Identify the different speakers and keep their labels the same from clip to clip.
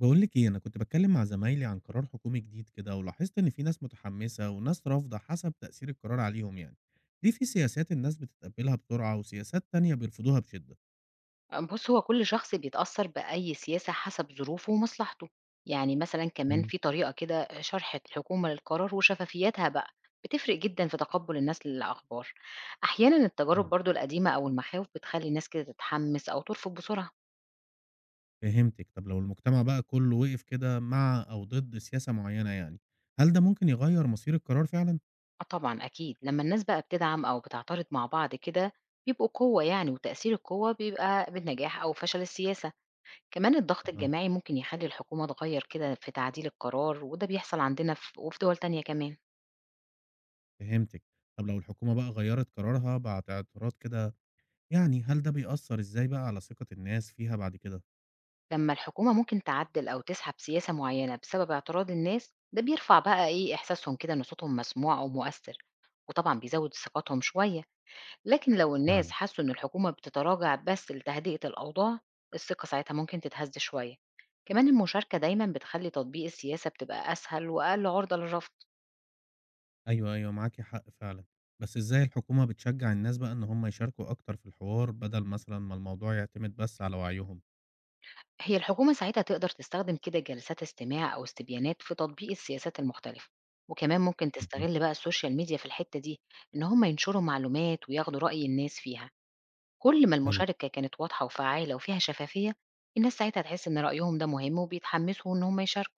Speaker 1: باقول لِك إيه، أنا كنت باتكلّم مع زمايلي عن قرار حكومي جديد كده، ولاحظت إن في ناس متحمّسة وناس رافضة حسب تأثير القرار عليهم يعني. ليه في سياسات الناس بتتقبّلها بسرعة وسياسات تانية بيرفضوها بشِدّة؟
Speaker 2: آه، بُص، هو كل شخص بيتأثّر بأي سياسة حسب ظروفه ومصلحته، يعني مثلًا كمان
Speaker 1: إمم،
Speaker 2: في طريقة كده شرح الحكومة للقرار وشفافيتها بقى، بتفرق جدًا في تقبُّل الناس للأخبار. أحيانًا التجارب
Speaker 1: فعلًا.
Speaker 2: برضه القديمة أو المخاوف بتخلّي الناس كده تتحمّس أو ترفض بسرعة.
Speaker 1: فهمتِك. طب لو المجتمع بقى كُلّه وقف كده مع أو ضد سياسة معيّنة يعني، هل ده ممكن يغيّر مصير القرار فعلًا؟
Speaker 2: آه طبعًا أكيد، لمّا الناس بقى بتدعم أو بتعترض مع بعض كده بيبقوا قوة يعني، وتأثير القوة بيبقى بالنجاح أو فشل السياسة. كمان الضغط
Speaker 1: أها.
Speaker 2: الجماعي ممكن يخلّي الحكومة تغيّر كده في تعديل القرار وده بيحصل عندنا وفي دول تانية كمان.
Speaker 1: فهمتِك. طب لو الحكومة بقى غيّرت قرارها بعد اعتراض كده، يعني هل ده بيأثّر إزاي بقى على ثقة الناس فيها بعد كده؟
Speaker 2: لما الحكومة ممكن تعدل أو تسحب سياسة معينة بسبب اعتراض الناس ده بيرفع بقى إيه إحساسهم كده إن صوتهم مسموع أو مؤثر، وطبعا بيزود ثقتهم شوية. لكن لو الناس
Speaker 1: فعلًا.
Speaker 2: حسوا إن الحكومة بتتراجع بس لتهدئة الأوضاع، الثقة ساعتها ممكن تتهز شوية. كمان المشاركة دايما بتخلي تطبيق السياسة بتبقى أسهل وأقل عرضة للرفض.
Speaker 1: أيوه، أيوه، معاكِ حق فعلًا، بس إزاي الحكومة بتشجّع الناس بقى إن هُم يشاركوا أكتر في الحوار بدل مثلًا ما الموضوع يعتمد بس على وعيهم؟
Speaker 2: هي الحكومة ساعتها تقدر تستخدم كده جلسات استماع أو استبيانات في تطبيق السياسات المختلفة، وكمان ممكن
Speaker 1: اهم.
Speaker 2: تستغل بقى السوشيال ميديا في الحتة دي، إن هم ينشروا معلومات وياخدوا رأي الناس فيها. كل ما
Speaker 1: حلو،
Speaker 2: المشاركة كانت واضحة وفعالة وفيها شفافية، الناس ساعتها تحس إن رأيهم ده مهم وبيتحمسوا إن هم يشاركوا.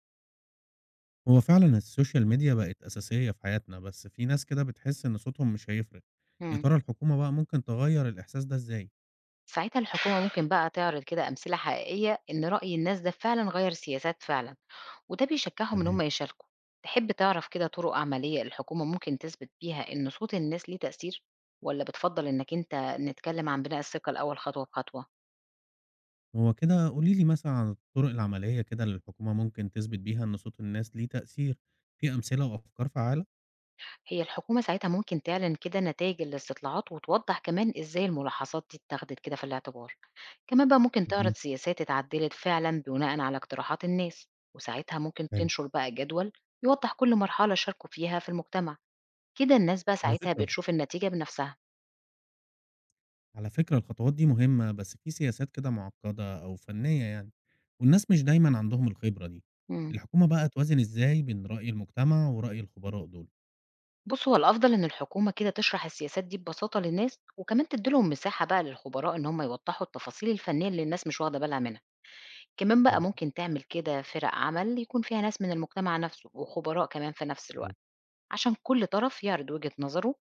Speaker 1: هو فعلًا السوشيال ميديا بقت أساسية في حياتنا، بس في ناس كده بتحس إن صوتهم مش هيفرق، يا
Speaker 2: مم.
Speaker 1: ترى الحكومة بقى ممكن تغيّر الإحساس ده إزاي؟
Speaker 2: ساعتها الحكومة ممكن بقى تعرض كده أمثلة حقيقية إن رأي الناس ده فعلا غير سياسات فعلا، وده بيشجعهم إن
Speaker 1: تمام.
Speaker 2: هم يشاركوا. تحب تعرف كده طرق عملية الحكومة ممكن تثبت بيها إن صوت الناس ليه تأثير، ولا بتفضل إنك أنت نتكلم عن بناء الثقة الأول خطوة بخطوة؟
Speaker 1: هو كده قولي لي مثلًا عن الطرق العملية كده اللي الحكومة ممكن تثبت بيها إن صوت الناس ليه تأثير، في أمثلة وأفكار فعّالة؟
Speaker 2: هي الحكومة ساعتها ممكن تعلن كده نتائج الاستطلاعات وتوضح كمان إزاي الملاحظات دي اتاخدت كده في الاعتبار. كمان بقى ممكن تعرض
Speaker 1: اهم،
Speaker 2: سياسات اتعدلت فعلا بناء على اقتراحات الناس، وساعتها ممكن
Speaker 1: حلو.
Speaker 2: تنشر بقى جدول يوضح كل مرحلة شاركوا فيها في المجتمع. كده الناس بقى
Speaker 1: على
Speaker 2: ساعتها
Speaker 1: فكرة الخ
Speaker 2: بتشوف النتيجة بنفسها.
Speaker 1: على فكرة الخطوات دي مهمة بس في سياسات كده معقدة أو فنية يعني، والناس مش دايما عندهم الخبرة دي.
Speaker 2: مم.
Speaker 1: الحكومة بقى توازن إزاي بين رأي المجتمع ورأي الخبراء دول؟
Speaker 2: بُص، هو الأفضل إن الحكومة كده تشرح السياسات دي ببساطة للناس، وكمان تدّي لهم مساحة بقى للخبراء إن هم يوضحوا التفاصيل الفنية اللي الناس مش واخدة بالها منها، كمان بقى
Speaker 1: آه،
Speaker 2: ممكن تعمل كده فرق عمل يكون فيها ناس من المجتمع نفسه وخبراء كمان في نفس الوقت،
Speaker 1: مظبوط.
Speaker 2: عشان كل طرف يعرض وجهة نظره،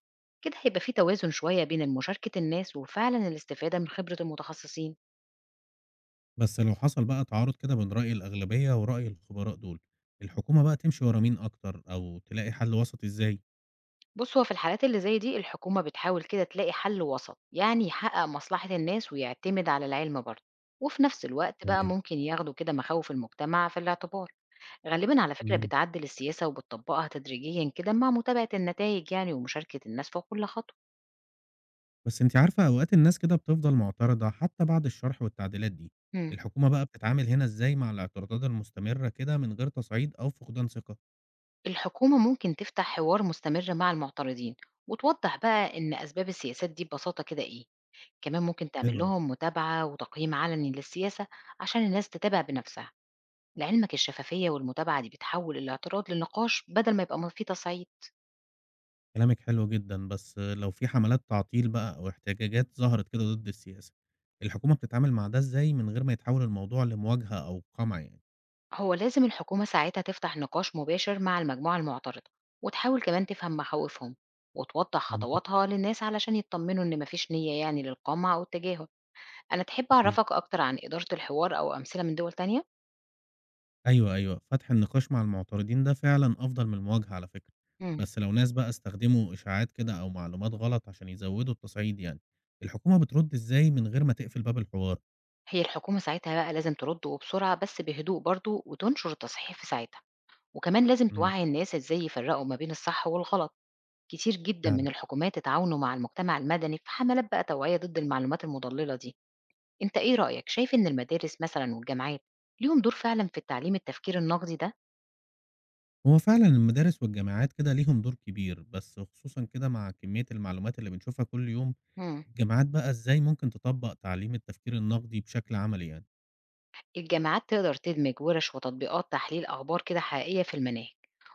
Speaker 2: كده هيبقى في توازن شوية بين مشاركة الناس وفعلًا الاستفادة من خبرة المتخصصين.
Speaker 1: بس لو حصل بقى تعارض كده بين رأي الأغلبية ورأي الخبراء دول، الحكومة بقى تمشي ورا مين أكتر أو تلاقي حل وسط إزاي؟
Speaker 2: بُص، هو في الحالات اللي زي دي الحكومة بتحاول كده تلاقي حل وسط، يعني يحقق مصلحة الناس ويعتمد على العلم برضه، وفي نفس الوقت بقى
Speaker 1: تمام.
Speaker 2: ممكن ياخدوا كده مخاوف المجتمع في الاعتبار، غالبًا على فكرة
Speaker 1: مم.
Speaker 2: بتعدل السياسة وبتطبقها تدريجيًا كده مع متابعة النتائج يعني ومشاركة الناس في كل خطوة.
Speaker 1: بس انت عارفة أوقات الناس كده بتفضل معترضة حتى بعد الشرح والتعديلات دي،
Speaker 2: إمم.
Speaker 1: الحكومة بقى بتتعامل هنا إزاي مع الاعتراضات المستمرة كده من غير تصعيد أو فقدان ثقة؟
Speaker 2: الحكومة ممكن تفتح حوار مستمر مع المعترضين، وتوضح بقى إن أسباب السياسات دي ببساطة كده إيه، كمان ممكن تعمل
Speaker 1: حلو ده.
Speaker 2: لهم متابعة وتقييم علني للسياسة عشان الناس تتابع بنفسها. لعلمك الشفافية والمتابعة دي بتحول الاعتراض لنقاش بدل ما يبقى فيه تصعيد.
Speaker 1: كلامِك حلو جدًا، بس لو في حملات تعطيل بقى أو احتجاجات ظهرت كده ضد السياسة، الحكومة بتتعامل مع ده إزاي من غير ما يتحول الموضوع لمواجهة أو قمع يعني؟
Speaker 2: هو لازم الحكومة ساعتها تفتح نقاش مباشر مع المجموعة المعترضة، وتحاول كمان تفهم مخاوفهم، وتوضح
Speaker 1: منطقي،
Speaker 2: خطواتها للناس علشان يطمنوا إن مفيش نية يعني للقمع أو التجاهل. أنا تحب
Speaker 1: أكيد.
Speaker 2: أعرفك أكتر عن إدارة الحوار أو أمثلة من دول تانية؟
Speaker 1: أيوه، أيوه، فتح النقاش مع المعترضين ده فعلًا أفضل من المواجهة على فكرة،
Speaker 2: مم.
Speaker 1: بس لو ناس بقى استخدموا إشاعات كده أو معلومات غلط عشان يزودوا التصعيد يعني، الحكومة بترد إزاي من غير ما تقفل باب الحوار؟
Speaker 2: هي الحكومة ساعتها بقى لازم ترد وبسرعة بس بهدوء برضو وتنشر التصحيح في ساعتها، وكمان لازم
Speaker 1: إمم،
Speaker 2: توعي الناس إزاي يفرقوا ما بين الصح والغلط. كتير جدًا
Speaker 1: فعلًا.
Speaker 2: من الحكومات اتعاونوا مع المجتمع المدني في حملات بقى توعية ضد المعلومات المضللة دي. أنت إيه رأيك، شايف إن المدارس مثلًا والجامعات ليهم دور فعلًا في التعليم التفكير النقدي ده؟
Speaker 1: هو فعلًا المدارس والجامعات كده ليهم دور كبير، بس خصوصًا كده مع كمية المعلومات اللي بنشوفها كل يوم.
Speaker 2: إمم.
Speaker 1: الجامعات بقى إزاي ممكن تطبّق تعليم التفكير النقدي بشكل عملي يعني؟
Speaker 2: الجامعات تقدر تدمج ورش وتطبيقات تحليل أخبار كده حقيقية في المناهج،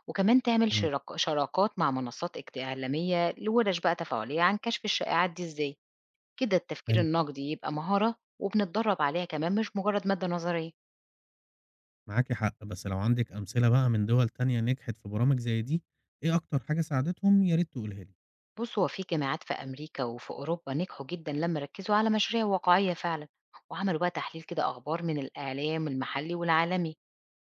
Speaker 2: وكمان تعمل
Speaker 1: إمم،
Speaker 2: شراكات مع منصات إعلامية لورش بقى تفاعلية عن كشف الشائعات دي إزاي، كده التفكير
Speaker 1: حلو.
Speaker 2: النقدي يبقى مهارة وبنتدرب عليها كمان مش مجرد مادة نظرية.
Speaker 1: معاكِ حق، بس لو عندِك أمثلة بقى من دول تانية نجحت في برامج زي دي، إيه أكتر حاجة ساعدتهم يا ريت تقولها لي.
Speaker 2: بُص، هو في جاماعات في أمريكا وفي أوروبا نجحوا جدًا لمّا ركّزوا على مشاريع واقعية فعلًا، وعملوا بقى تحليل كده أخبار من الإعلام المحلي والعالمي،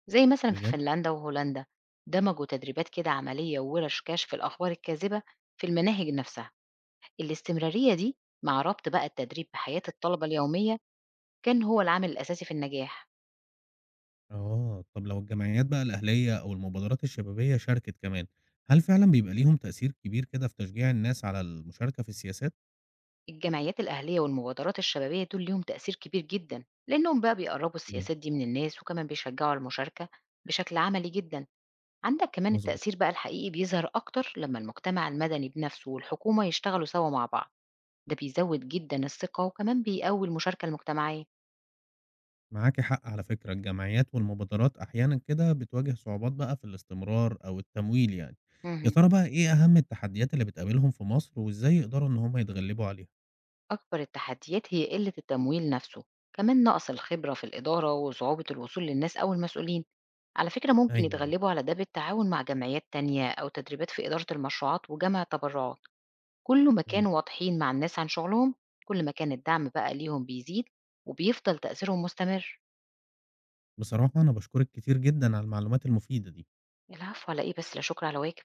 Speaker 2: زي مثلًا في
Speaker 1: بجد؟
Speaker 2: فنلندا وهولندا، دمجوا تدريبات كده عملية وورش كشف الأخبار الكاذبة في المناهج نفسها، الاستمرارية دي مع ربط بقى التدريب بحياة الطلبة اليومية كان هو العامل الأساسي في النجاح.
Speaker 1: آه، طب لو الجمعيات بقى الأهلية أو المبادرات الشبابية شاركت كمان، هل فعلًا بيبقى ليهم تأثير كبير كده في تشجيع الناس على المشاركة في السياسات؟
Speaker 2: الجمعيات الأهلية والمبادرات الشبابية دول ليهم تأثير كبير جدًا، لإنهم بقى بيقربوا السياسات دي من الناس وكمان بيشجعوا على المشاركة بشكل عملي جدًا. عندك كمان
Speaker 1: مضبوط.
Speaker 2: التأثير بقى الحقيقي بيظهر أكتر لما المجتمع المدني بنفسه والحكومة يشتغلوا سوا مع بعض، ده بيزود جدا الثقة وكمان بيقوي المشاركة المجتمعية.
Speaker 1: معاكِ حق على فكرة، الجمعيات والمبادرات أحيانًا كده بتواجه صعوبات بقى في الاستمرار أو التمويل يعني. يا
Speaker 2: مهم.
Speaker 1: ترى بقى إيه أهم التحديات اللي بتقابلهم في مصر وإزاي يقدروا إن هم يتغلبوا عليها؟
Speaker 2: أكبر التحديات هي قلة التمويل نفسه، كمان نقص الخبرة في الإدارة وصعوبة الوصول للناس أو المسؤولين. على فكرة ممكن
Speaker 1: أيوه، أيوه.
Speaker 2: يتغلبوا على ده بالتعاون مع جمعيات تانية أو تدريبات في إدارة المشروعات وجمع تبرعات. كل ما
Speaker 1: إمم.
Speaker 2: كانوا واضحين مع الناس عن شغلهم، كل ما كان الدعم بقى ليهم بيزيد وبيفضل تأثيرهم مستمر.
Speaker 1: بصراحة أنا باشكرِك كتير جدًا على المعلومات المفيدة دي.
Speaker 2: العفو على إيه بس، لا شكر على واجب.